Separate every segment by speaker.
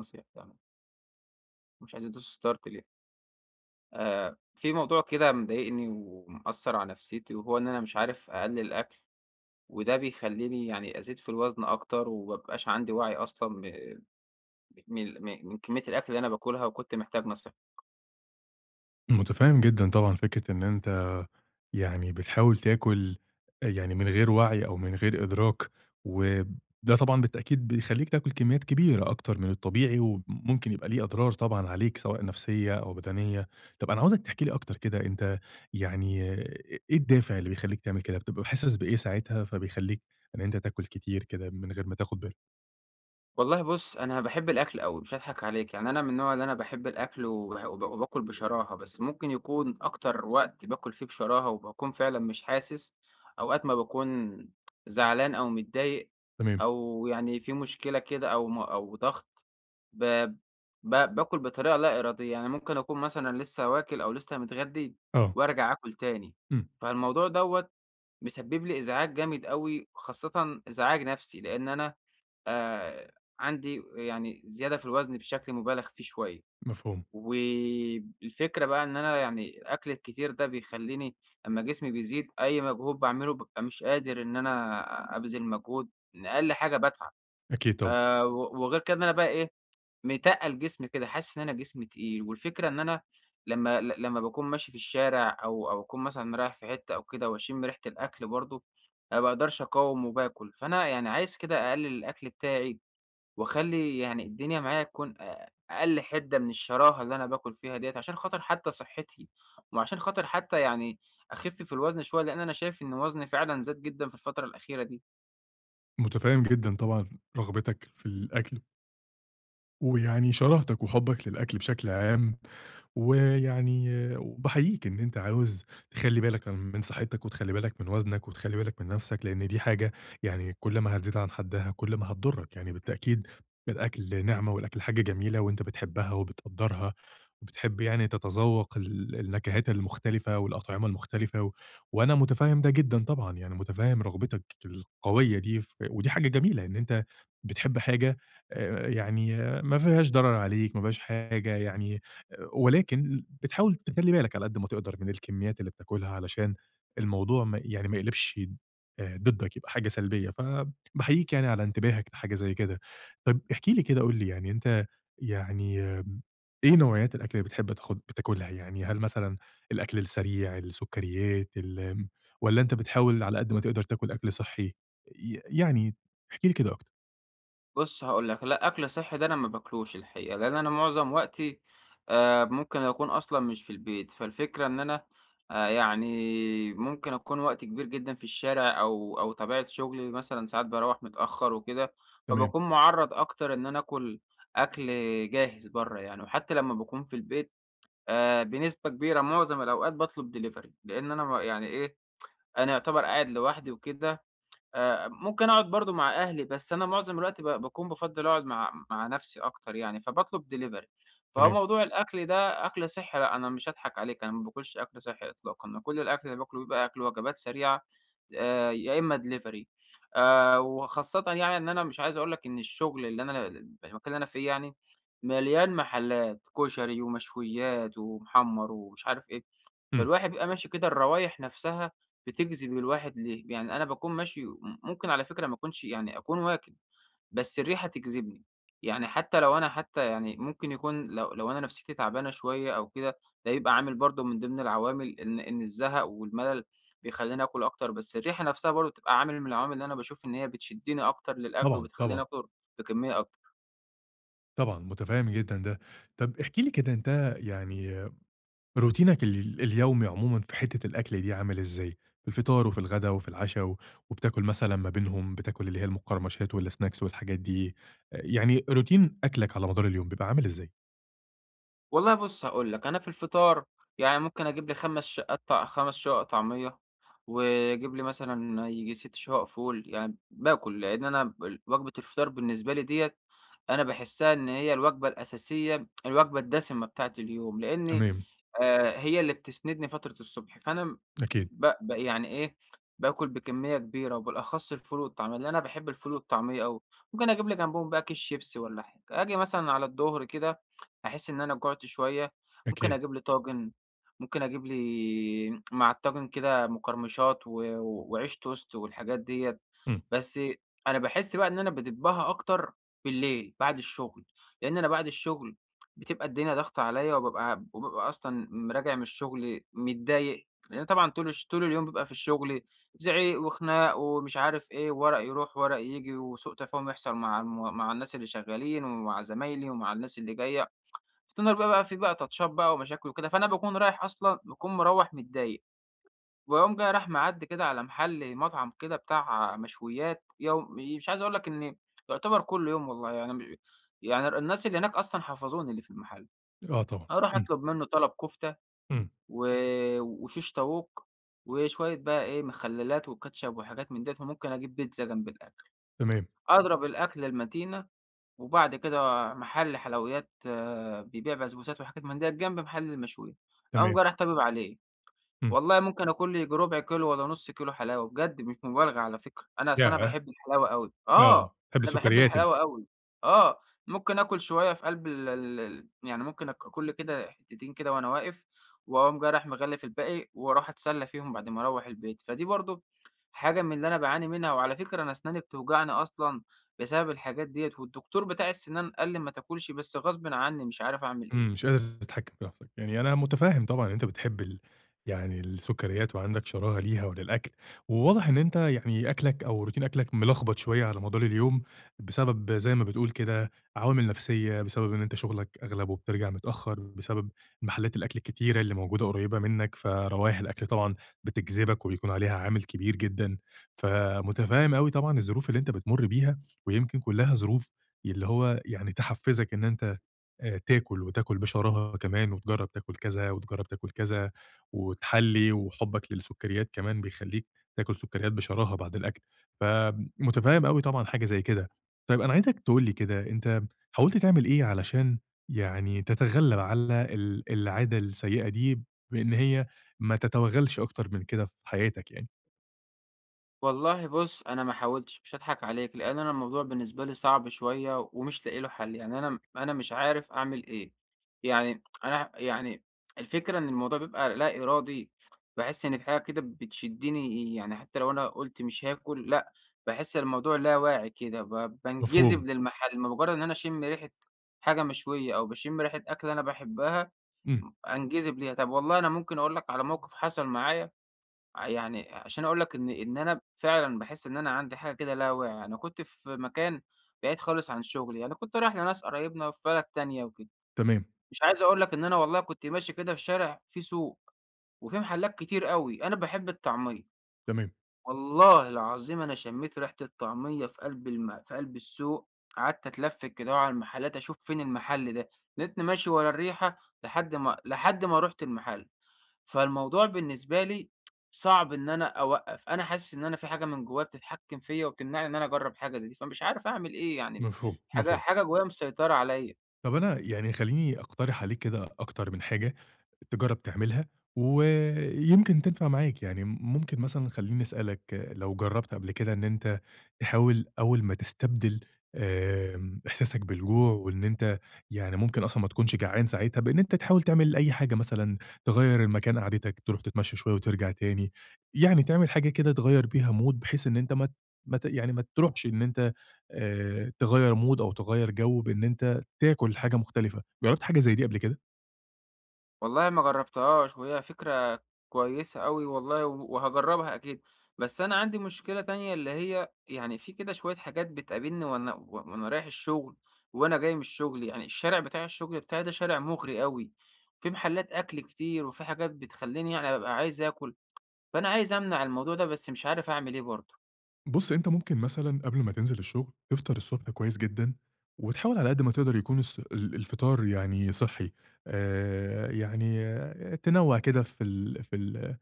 Speaker 1: نصيحة يعني، مش عايز أدوس start ليه؟ في موضوع كده مضايقني ومأثّر على نفسيتي، وهو إن أنا مش عارف أقلِّل أكل، وده بيخلّيني يعني أزيد في الوزن أكتر، وما بيبقاش عندي وعي أصلًا ب ب من ال م من كمية الأكل اللي أنا باكلها، وكنت محتاج نصيحتك.
Speaker 2: متفهم جدًا طبعًا فكرة إن أنت بتحاول تاكل من غير وعي أو من غير إدراك، وده طبعًا بالتأكيد بيخلّيك تاكل كميات كبيرة أكتر من الطبيعي، وممكن يبقى ليه أضرار طبعًا عليك سواء نفسية أو بدنية. طب أنا عاوزك تحكي لي أكتر كده أنت. يعني إيه الدافع اللي بيخلّيك تعمل كده؟ بتبقى حاسس بإيه ساعتها فبيخلّيك إن أنت تاكل كتير كده من غير ما تاخد بالك؟
Speaker 1: والله بُص، أنا باحب الأكل أوي، مش هاضحك عليك، يعني أنا من النوع اللي أنا باحب الأكل وباح وب وباكل بشراهة، بس ممكن يكون أكتر وقت باكل فيه بشراهة وباكون فعلًا مش حاسس، أوقات ما باكون زعلان أو متضايق
Speaker 2: تمام،
Speaker 1: أو يعني في مشكلة كده أو ضغط، ب ب باكل بطريقة لا إرادية، يعني ممكن أكون مثلًا لسه واكل أو لسه متغدي
Speaker 2: آه،
Speaker 1: وأرجع آكل تاني،
Speaker 2: إمم،
Speaker 1: فالموضوع دوّة مسبب لي إزعاج جامد أوي، خاصةً إزعاج نفسي، لإن أنا آآ عندي يعني زيادة في الوزن بشكل مُبالغ فيه شوية،
Speaker 2: مفهوم،
Speaker 1: والفكرة بقى إن أنا يعني الأكل الكتير ده بيخلّيني أمّا جسمي بيزيد أي مجهود باعمله بابقى مش قادر إن أنا أبذل مجهود، إن أقل حاجة باتعب،
Speaker 2: أكيد طبعًا.
Speaker 1: و وغير كده إن أنا بقى إيه، متقّل جسمي كده، حاسس إن أنا جسمي تقيل، والفكرة إن أنا لمّا باكون ماشي في الشارع أو أكون مثلًا رايح في حتة أو كده واشم ريحة الأكل برضه، ما باقدرش أقاوم وباكل، فأنا يعني عايز كده أقلل الأكل بتاعي واخلّي يعني الدنيا معايا تكون أقل حِدّة من الشراهة اللي أنا باكل فيها ديّة، عشان خاطر حتى صحّتي، وعشان خاطر حتى يعني أخِف في الوزن شوية، لإن أنا شايف إن وزني فعلًا زاد جدًا في الفترة الأخيرة دي.
Speaker 2: متفهم جدًا طبعًا رغبتك في الأكل. شراهتك وحُبّك للأكل بشكل عام، ويعني وباحييك إن أنت عاوز تخلّي بالك من صحّتك وتخلّي بالك من وزنك وتخلّي بالك من نَفْسك، لإن دي حاجة كل ما هتزيد عن حدّها كل ما هتضُرّك، يعني بالتأكيد الأكل نعمة والأكل حاجة جميلة وأنت بتحبّها وبتقدّرها وبتحب تتذوّق النكهات المختلفة والأطعمة المختلفة، و وأنا مُتفهِّم ده جدًا طبعًا، يعني مُتفهِّم رغبتك القوية دي ودي حاجة جميلة إن أنت بتحب حاجة آآ يعني ما فيهاش ضرر عليك، ما فيهاش حاجة ولكن بتحاول تخلّي بالك على قد ما تقدر من الكميات اللي بتاكلها علشان الموضوع ما يقلبش ضدك يبقى حاجة سلبية، فباحييك يعني على انتباهك لحاجة زي كده. طَب احكِ لي كده قُل لي يعني أنت. يعني آمم، إيه نوعيات الأكل اللي بتحب بتاكلها يعني؟ هل مثلًا الأكل السريع، السكريات، ال آمم، والّا أنت بتحاول على قد ما تقدر تاكل أكل صحّي؟ ي يعني احكِ لي كده أكتر.
Speaker 1: بُص هاقول لك، لأ أكل صحّي ده أنا ما باكلوش الحقيقة، لإن أنا معظم وقتي ممكن أكون أصلًا مش في البيت، فالفكرة إن أنا يعني ممكن أكون وقت كبير جدًا في الشارع أو طبيعة شغلي مثلًا ساعات باروّح متأخّر وكده،
Speaker 2: تمام،
Speaker 1: فباكون مُعرّض أكتر إن أنا آكل أكل جاهز برّه يعني، وحتى لمّا باكون في البيت بنسبة كبيرة معظم الأوقات باطلب delivery لإن أنا ما يعني إيه، أنا يُعتبر قاعد لوحدي وكده ممكن أقعد برضه مع أهلي، بس أنا معظم الوقت باكون بافضّل أقعد مع نَفْسي أكتر يعني، فباطلب delivery. فهو
Speaker 2: تمام.
Speaker 1: موضوع الأكل ده أكل صحّي لأ، أنا مش هاضحك عليك، أنا ما باكلش أكل صحّي إطلاقًا، أنا كل الأكل اللي باكله بيبقى أكل وجبات سريعة يا إمّا delivery، وخاصةً يعني إن أنا مش عايز أقول لك إن الشغل اللي أنا المكان اللي أنا فيه يعني مليان محلّات كُشري ومشويات ومحمّر ومش عارف إيه،
Speaker 2: إمم،
Speaker 1: فالواحد بيبقى ماشي كده الروايح نَفْسها بتجذب الواحد ليه؟ يعني أنا باكون ماشي ممكن على فكرة ما أكونش يعني أكون واكب، بس الريحة تجذبني، يعني حتى لو أنا حتى يعني ممكن يكون لو أنا نفسيتي تعبانة شوية أو كده، ده يبقى عامل برضه من ضمن العوامل إن الزهق والملل بيخلّيني آكل أكتر، بس الريحة نفسها برضه بتبقى عامل من العوامل اللي أنا باشوف إن هي بتشدّني أكتر للأكل
Speaker 2: طبعًا،
Speaker 1: وبتخلّيني
Speaker 2: طبعًا.
Speaker 1: آكل بكمية أكبر.
Speaker 2: طبعًا، متفهم جدًا ده. طب احكِ لي كده أنت. يعني روتينك اليومي عمومًا في حتة الأكل دي عامل إزاي؟ في الفطار وفي الغدا وفي العشا، و وبتاكل مثلًا ما بينهم، بتاكل اللي هي المقرمشات والsnacks والحاجات دي، يعني روتين أكلك على مدار اليوم بيبقى عامل إزاي؟
Speaker 1: والله بُص هاقول لك، أنا في الفطار يعني ممكن أجيب لي 5 شقات طع 5 شقق طعمية، واجيب لي مثلًا ييجي 6 شقق فول، يعني باكل لإن أنا ب وجبة الفطار بالنسبة لي ديّة أنا باحسها إن هي الوجبة الأساسية، الوجبة الدسمة بتاعة اليوم، لإن
Speaker 2: تمام،
Speaker 1: هي اللي بتسندني فترة الصبح، فأنا
Speaker 2: أكيد،
Speaker 1: ب ب يعني إيه، باكل بكمية كبيرة وبالأخص الفول والطعمية، لأن أنا باحب الفول والطعمية أوي، ممكن أجيب لي جنبهم بقى كيس شيبسي والّا حاجة، آجي مثلًا على الضهر كده أحس إن أنا جُعت شوية، ممكن
Speaker 2: أكيد.
Speaker 1: أجيب لي طاجن، ممكن أجيب لي مع الطاجن كده مقرمشات وعيش توست والحاجات ديّة،
Speaker 2: إمم،
Speaker 1: بس أنا باحس بقى إن أنا بادبّها أكتر بالليل بعد الشغل، لأن أنا بعد الشغل بتبقى الدنيا ضاغطة عليّا وبابقى وبابقى أصلًا راجع من الشغل متضايق، لإن طبعًا طول اليوم بابقى في الشغل زعيق وخناق ومش عارف إيه، وورق يروح وورق ييجي، وسوء تفاهم يحصل مع الناس اللي شغالين ومع زمايلي ومع الناس اللي جاية، في النهار بقى بقى في تاتشات بقى ومشاكل وكده، فأنا باكون رايح أصلًا باكون مروّح متضايق، وأقوم جاي رايح معدّي كده على محل مطعم كده بتاع مشويات، مش عايز أقول لك إن يعتبر كل يوم والله يعني يعني الناس اللي هناك أصلًا حفظوني اللي في المحل،
Speaker 2: آه طبعًا،
Speaker 1: أروح
Speaker 2: إمم،
Speaker 1: أطلب منه طلب كفتة
Speaker 2: إمم،
Speaker 1: و وشيش طاووق، وشوية بقى إيه مخلّلات وكاتشب وحاجات من ديّة، وممكن أجيب بيتزا جنب الأكل،
Speaker 2: تمام،
Speaker 1: أضرب الأكلة المتينة، وبعد كده محل حلويات بيبيع بسبوسات وحاجات من ديّة جنب محل المشويات، أقوم
Speaker 2: تمام،
Speaker 1: جاي رايح طابب عليه.
Speaker 2: إمم،
Speaker 1: والله ممكن آكل لي ييجي ربع كيلو والّا نُص كيلو حلاوة، بجد مش مبالغة على فكرة، أنا أصل أنا
Speaker 2: ياه!
Speaker 1: باحب الحلاوة أوي،
Speaker 2: آه،
Speaker 1: آه.
Speaker 2: بتحب
Speaker 1: أنا باحب
Speaker 2: السكريات أنت.
Speaker 1: الحلاوة أوي، آه. ممكن آكل شوية في قلب ال ال ال يعني ممكن آك آكل كده حتتين كده وأنا واقف، وأقوم جاي رايح مغلّف الباقي، وأروح أتسلّى فيهم بعد ما أروّح البيت، فدي برضه حاجة من اللي أنا باعاني منها، وعلى فكرة أنا أسناني بتوجعني أصلًا بسبب الحاجات ديّة، والدكتور بتاع السنان قال لي ما تاكلش بس غصبٍ عني مش عارف أعمل إيه.
Speaker 2: إمم، مش قادر تتحكم في نفسك، يعني أنا متفهم طبعًا إن أنت بتحب ال يعني السكريات وعندك شراهة ليها وللأكل، وواضح إن أنت يعني أكلك أو روتين أكلك ملخبط شوية على مدار اليوم، بسبب زي ما بتقول كده عوامل نفسية، بسبب إن أنت شغلك أغلبه بترجع متأخر، بسبب محلات الأكل الكتيرة اللي موجودة قريبة منك، فروائح الأكل طبعًا بتجذبك وبيكون عليها عامل كبير جدًا، فمتفهم أوي طبعًا الظروف اللي أنت بتمر بيها، ويمكن كلها ظروف اللي هو يعني تحفزك إن أنت تاكل، وتاكل بشراهة كمان، وتجرّب تاكل كذا، وتجرّب تاكل كذا، وتحلّي، وحُبّك للسُكّريات كمان بيخلّيك تاكل سُكّريات بشراهة بعد الأكل، فمُتفهِّم أوي طبعًا حاجة زي كده. طيب أنا عايزك تقول لي كده، أنت حاولت تعمل إيه علشان يعني تتغلّب على العادة السيئة دي، بإن هي ما تتوغّلش أكتر من كده في حياتك يعني؟
Speaker 1: والله بُص، أنا ما حاولتش، مش هاضحك عليك، لإن أنا الموضوع بالنسبة لي صعب شوية ومش لاقي له حل، يعني أنا مش عارف أعمل إيه، يعني أنا يعني الفكرة إن الموضوع بيبقى لا إرادي، باحس إن في حاجة كده بتشدني يعني حتى لو أنا قُلت مش هاكل، لأ، باحس الموضوع لا واعي كده، بانجذب
Speaker 2: مفهوم.
Speaker 1: للمحل، بمجرد إن أنا أشم ريحة حاجة مشوية أو باشم ريحة أكلة أنا باحبها،
Speaker 2: إمم،
Speaker 1: أنجذب ليها. طب والله أنا ممكن أقول لك على موقف حصل معايا ع يعني عشان أقول لك إن أنا فعلًا باحس إن أنا عندي حاجة كده لا واعي، أنا كنت في مكان بعيد خالص عن شغلي، أنا كنت رايح لناس قرايبنا في بلد تانية وكده،
Speaker 2: تمام،
Speaker 1: مش عايز أقول لك إن أنا والله كنت ماشي كده في شارع فيه سوق وفيه محلات كتير أوي، أنا باحب الطعمية،
Speaker 2: تمام،
Speaker 1: والله العظيم أنا شميت ريحة الطعمية في قلب السوق، قعدت أتلفت كده على المحلات أشوف فين المحل ده، فضلت ماشي ورا الريحة لحد ما رُحت المحل. فالموضوع بالنسبة لي صعب إن أنا أوقّف، أنا حاسس إن أنا في حاجة من جوّايا بتتحكّم فيّا وبتمنعني إن أنا أجرّب حاجة زي دي، فمش عارف أعمل إيه يعني،
Speaker 2: مفهوم، مفهوم.
Speaker 1: حاجة جوّايا مسيطرة عليّا.
Speaker 2: طب أنا يعني خلّيني أقترح عليك كده أكتر من حاجة تجرّب تعملها، ويمكن تنفع معاك، يعني ممكن مثلًا خلّيني أسألك لو جرّبت قبل كده إن أنت تحاول أول ما تستبدل إحساسك بالجوع وإن أنت يعني ممكن أصلًا ما تكونش جعان ساعتها، بإن أنت تحاول تعمل أي حاجة مثلًا تغيّر المكان قعدتك، تروح تتمشى شوية وترجع تاني، يعني تعمل حاجة كده تغيّر بيها mood بحيث إن أنت ما ت ما ت يعني ما تروحش إن أنت تغيّر mood أو تغيّر جو بإن أنت تاكل حاجة مختلفة، جرّبت حاجة زي دي قبل كده؟
Speaker 1: والله ما جرّبتهاش وهي فكرة كويسة أوي والله وهاجرّبها أكيد، بس أنا عندي مشكلة تانية اللي هي يعني في كده شوية حاجات بتقابلني وأنا وأنا رايح الشغل وأنا جاي من الشغل، يعني الشارع بتاع الشغل بتاعي ده شارع مُغري أوي، في محلات أكل كتير وفي حاجات بتخلّيني يعني بابقى عايز آكل. فأنا عايز أمنع الموضوع ده بس مش عارف أعمل إيه برضه.
Speaker 2: بُص، أنت ممكن مثلًا قبل ما تنزل الشغل، تفطر الصبح كويس جدًا، وتحاول على قد ما تقدر يكون الص ال الفطار يعني صحّي، يعني آه، تنوّع كده في ال في ال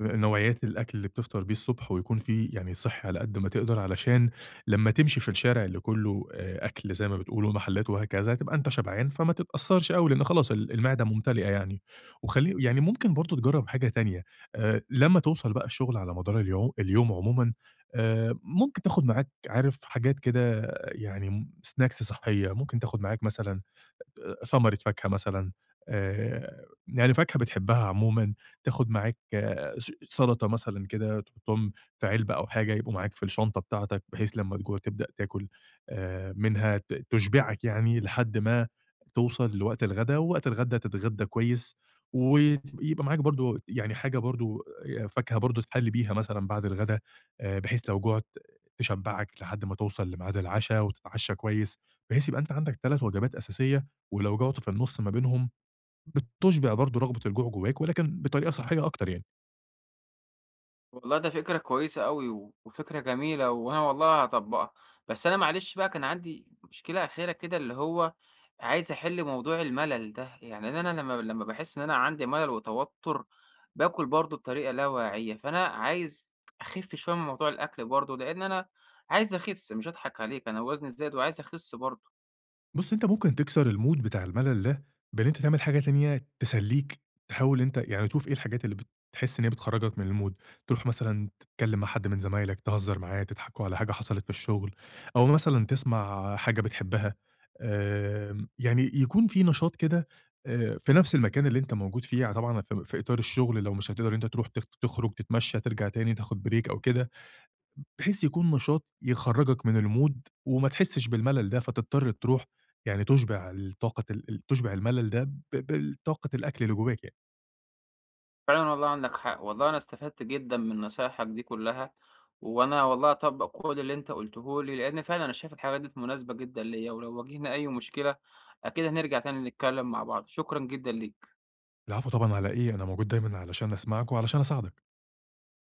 Speaker 2: نوعيات الأكل اللي بتفطر بيه الصبح ويكون فيه يعني صحّي على قد ما تقدر، علشان لمّا تمشي في الشارع اللي كُلّه أكل زي ما بتقول ومحلات وهكذا، تبقى أنت شبعان فما تتأثّرش أوي، لإن خلاص المعدة ممتلئة يعني. وخلّي يعني ممكن برضه تجرّب حاجة تانية، لمّا توصل بقى الشغل على مدار اليوم عمومًا، ممكن تاخد معاك عارف حاجات كده يعني snacks صحّية، ممكن تاخد معاك مثلًا ثمرة فاكهة مثلًا، يعني فاكهة بتحبها عمومًا، تاخد معاك آه، سَلَطة مثلًا كده تحطهم في علبة أو حاجة يبقوا معاك في الشنطة بتاعتك، بحيث لمّا تجوع تبدأ تاكل منها تشبعك يعني لحد ما توصل لوقت الغدا، ووقت الغدا تتغدى كويس، ويبقى معاك برضه يعني حاجة برضه فاكهة برضه تحلّي بيها مثلًا بعد الغدا، بحيث لو جُعت تشبعك لحد ما توصل لميعاد العشا وتتعشى كويس، بحيث يبقى أنت عندك 3 وجبات أساسية ولو جعتوا في النُص ما بينهم، بتُشبع برضه رغبة الجوع جواك ولكن بطريقة صحية أكتر يعني.
Speaker 1: والله ده فكرة كويسة أوي وفكرة جميلة وأنا والله هاطبّقها، بس أنا معلش بقى كان عندي مشكلة أخيرة كده اللي هو عايز أحِل موضوع الملل ده، يعني إن أنا لمّا باحس إن أنا عندي ملل وتوتُّر باكُل برضه بطريقة لا واعية، فأنا عايز أخِف شوية من موضوع الأكل برضه، لإن أنا عايز أخِس مش هاضحك عليك، أنا وزني زاد وعايز أخِس برضه.
Speaker 2: بُص، أنت ممكن تكسر الmood بتاع الملل ده بإن أنت تعمل حاجة تانية تسلّيك، تحاول أنت يعني تشوف إيه الحاجات اللي بتحس إن هي بتخرّجك من الmood، تروح مثلًا تتكلّم مع حد من زمايلك، تهزّر معاه، تضحكوا على حاجة حصلت في الشغل، أو مثلًا تسمع حاجة بتحبها، آمم، يعني يكون في نشاط كده في نفس المكان اللي أنت موجود فيه، يعني طبعًا في إطار الشغل لو مش هتقدر إن أنت تروح تخرج، تتمشّى، ترجع تاني، تاخد break أو كده. بحيث يكون نشاط يخرّجك من الmood وما تحسّش بالملل ده، فتضطر تروح يعني تُشبع الطاقة ال ال تُشبع الملل ده بالطاقة الأكل اللي جواك يعني.
Speaker 1: فعلًا والله عندك حق، والله أنا استفدت جدًا من نصايحك دي كلّها، وأنا والله هاطبّق كل اللي أنت قُلته لي، لإن فعلًا أنا شايف الحاجات ديّة مناسبة جدًا ليّا، ولو واجهنا أي مشكلة أكيد هنرجع تاني نتكلّم مع بعض، شكرًا جدًا ليك.
Speaker 2: العفو طبعًا على إيه، أنا موجود دايمًا علشان أسمعك وعلشان أساعدك.